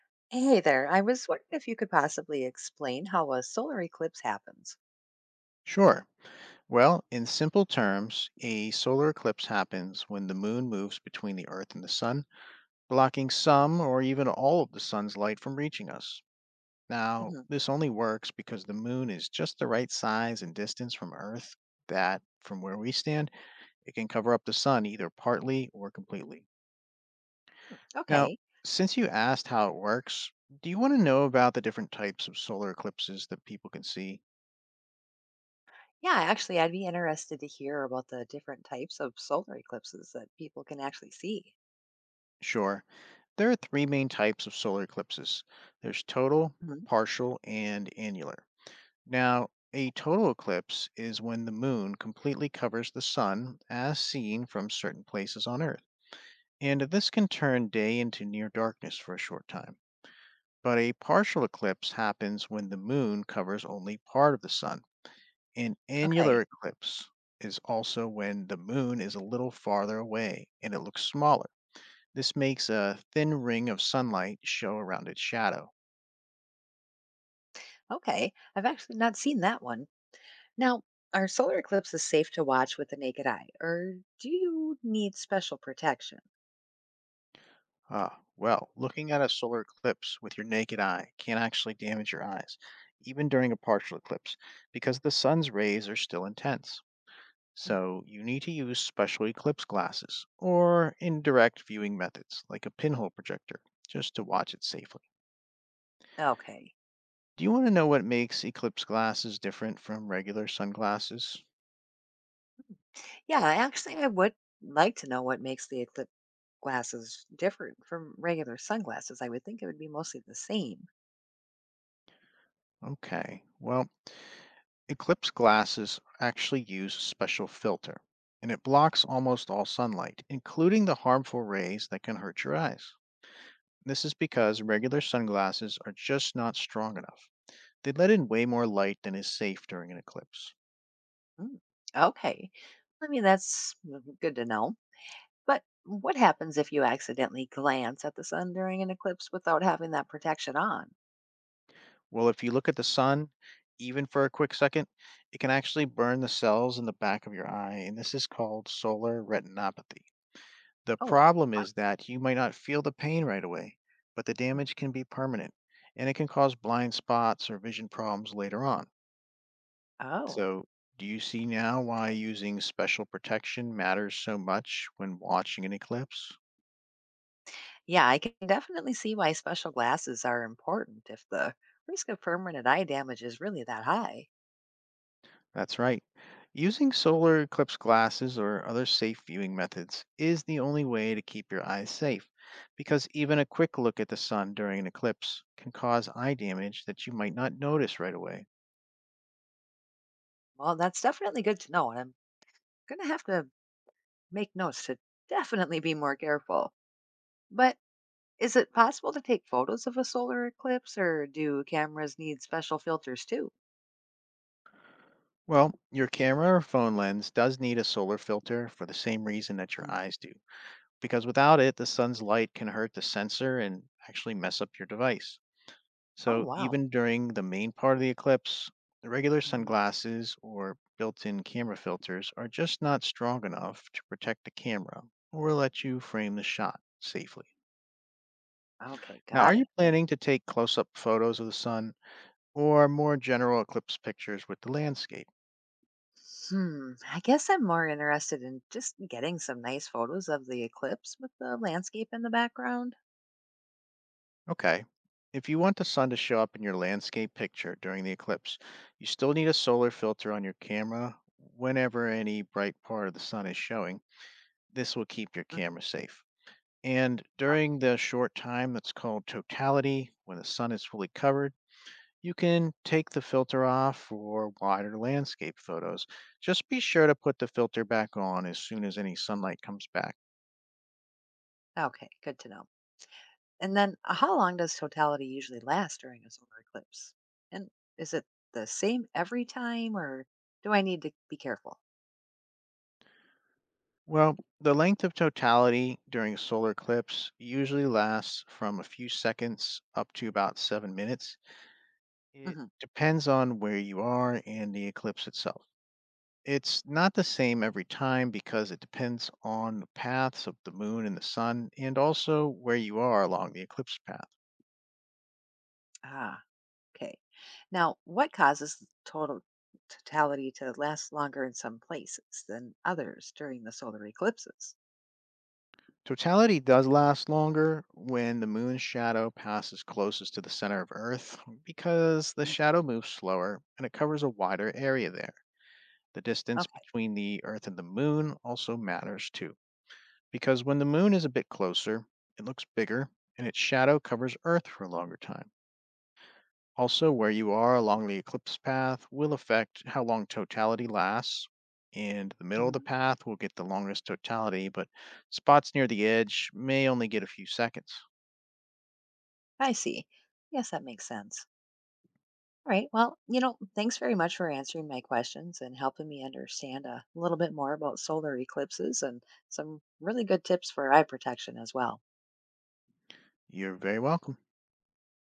Hey there, I was wondering if you could possibly explain how a solar eclipse happens. Sure. Well, in simple terms, a solar eclipse happens when the moon moves between the Earth and the sun, blocking some or even all of the sun's light from reaching us. Now, Hmm. this only works because the moon is just the right size and distance from Earth that, from where we stand, it can cover up the sun either partly or completely. Now, Okay. since you asked how it works, do you want to know about the different types of solar eclipses that people can see? Yeah, actually, I'd be interested to hear about the different types of solar eclipses that people can actually see. Sure. There are three main types of solar eclipses: there's total, Hmm. partial, and annular. Now, a total eclipse is when the moon completely covers the sun as seen from certain places on Earth. And this can turn day into near darkness for a short time. But a partial eclipse happens when the moon covers only part of the sun. An annular Okay. eclipse is also when the moon is a little farther away and it looks smaller. This makes a thin ring of sunlight show around its shadow. Okay, I've actually not seen that one. Now, are solar eclipses safe to watch with the naked eye, or do you need special protection? Ah, well, looking at a solar eclipse with your naked eye can actually damage your eyes, even during a partial eclipse, because the sun's rays are still intense. Mm. So you need to use special eclipse glasses or indirect viewing methods like a pinhole projector just to watch it safely. Okay. Do you want to know what makes eclipse glasses different from regular sunglasses? Yeah, actually I would like to know what makes the eclipse glasses different from regular sunglasses. I would think it would be mostly the same. Okay, well, eclipse glasses actually use a special filter, and it blocks almost all sunlight, including the harmful rays that can hurt your eyes. This is because regular sunglasses are just not strong enough. They let in way more light than is safe during an eclipse. Mm, okay. I mean, that's good to know. But what happens if you accidentally glance at the sun during an eclipse without having that protection on? Well, if you look at the sun, even for a quick second, it can actually burn the cells in the back of your eye, and this is called solar retinopathy. The Oh, problem wow. is that you might not feel the pain right away, but the Mm, damage can be permanent and it can cause blind spots or vision problems later on. oh. So, do you see now why using special protection matters so much when watching an eclipse? Yeah, I can definitely see why special glasses are important if the risk of permanent eye damage is really that high. That's right. Using solar eclipse glasses or other safe viewing methods is the only way to keep your eyes safe, because even a quick look at the sun during an eclipse can cause eye damage that you might not notice right away. Well, that's definitely good to know. And I'm going to have to make notes to definitely be more careful. But is it possible to take photos of a solar eclipse or do cameras need special filters too? Well, your camera or phone lens does need a solar filter for the same reason that your Mm. eyes do, because without it, the sun's light can hurt the sensor and actually mess up your device. Oh, So, wow. even during the main part of the eclipse, the regular Mhm. sunglasses or built in camera filters are just not strong enough to protect the camera or let you frame the shot safely. Okay, Now, are got it. you planning to take close up photos of the sun, or more general eclipse pictures with the landscape? Hmm, I guess I'm more interested in just getting some nice photos of the eclipse with the landscape in the background. Okay. If you want the sun to show up in your landscape picture during the eclipse, you still need a solar filter on your camera whenever any bright part of the sun is showing. This will keep your Mm. camera safe. And prob- during the short time that's called totality, when the sun is fully covered, you can take the filter off for wider landscape photos. Just be sure to put the filter back on as soon as any sunlight comes back. Okay, good to know. And then how long does totality usually last during a solar eclipse? And is it the same every time or do I need to be careful? Well, the length of totality during solar eclipse usually lasts from a few seconds up to about 7 minutes. It Mhm. depends on where you are and the eclipse itself. It's not the same every time, because it depends on the paths of the moon and the sun, and also where you are along the eclipse path. Ah, okay. Now, what causes totality to last longer in some places than others during the solar eclipses? Totality does last longer when the moon's shadow passes closest to the center of Earth, because the Mm. shadow moves slower and it covers a wider area there. The distance Okay. between the Earth and the moon also matters too, because when the moon is a bit closer, it looks bigger and its shadow covers Earth for a longer time. Also, where you are along the eclipse path will affect how long totality lasts, and the middle of Mhm. the path will get the longest totality, but spots near the edge may only get a few seconds. I see. Yes, that makes sense. All right. Well, thanks very much for answering my questions and helping me understand a little bit more about solar eclipses and some really good tips for eye protection as well. You're very welcome.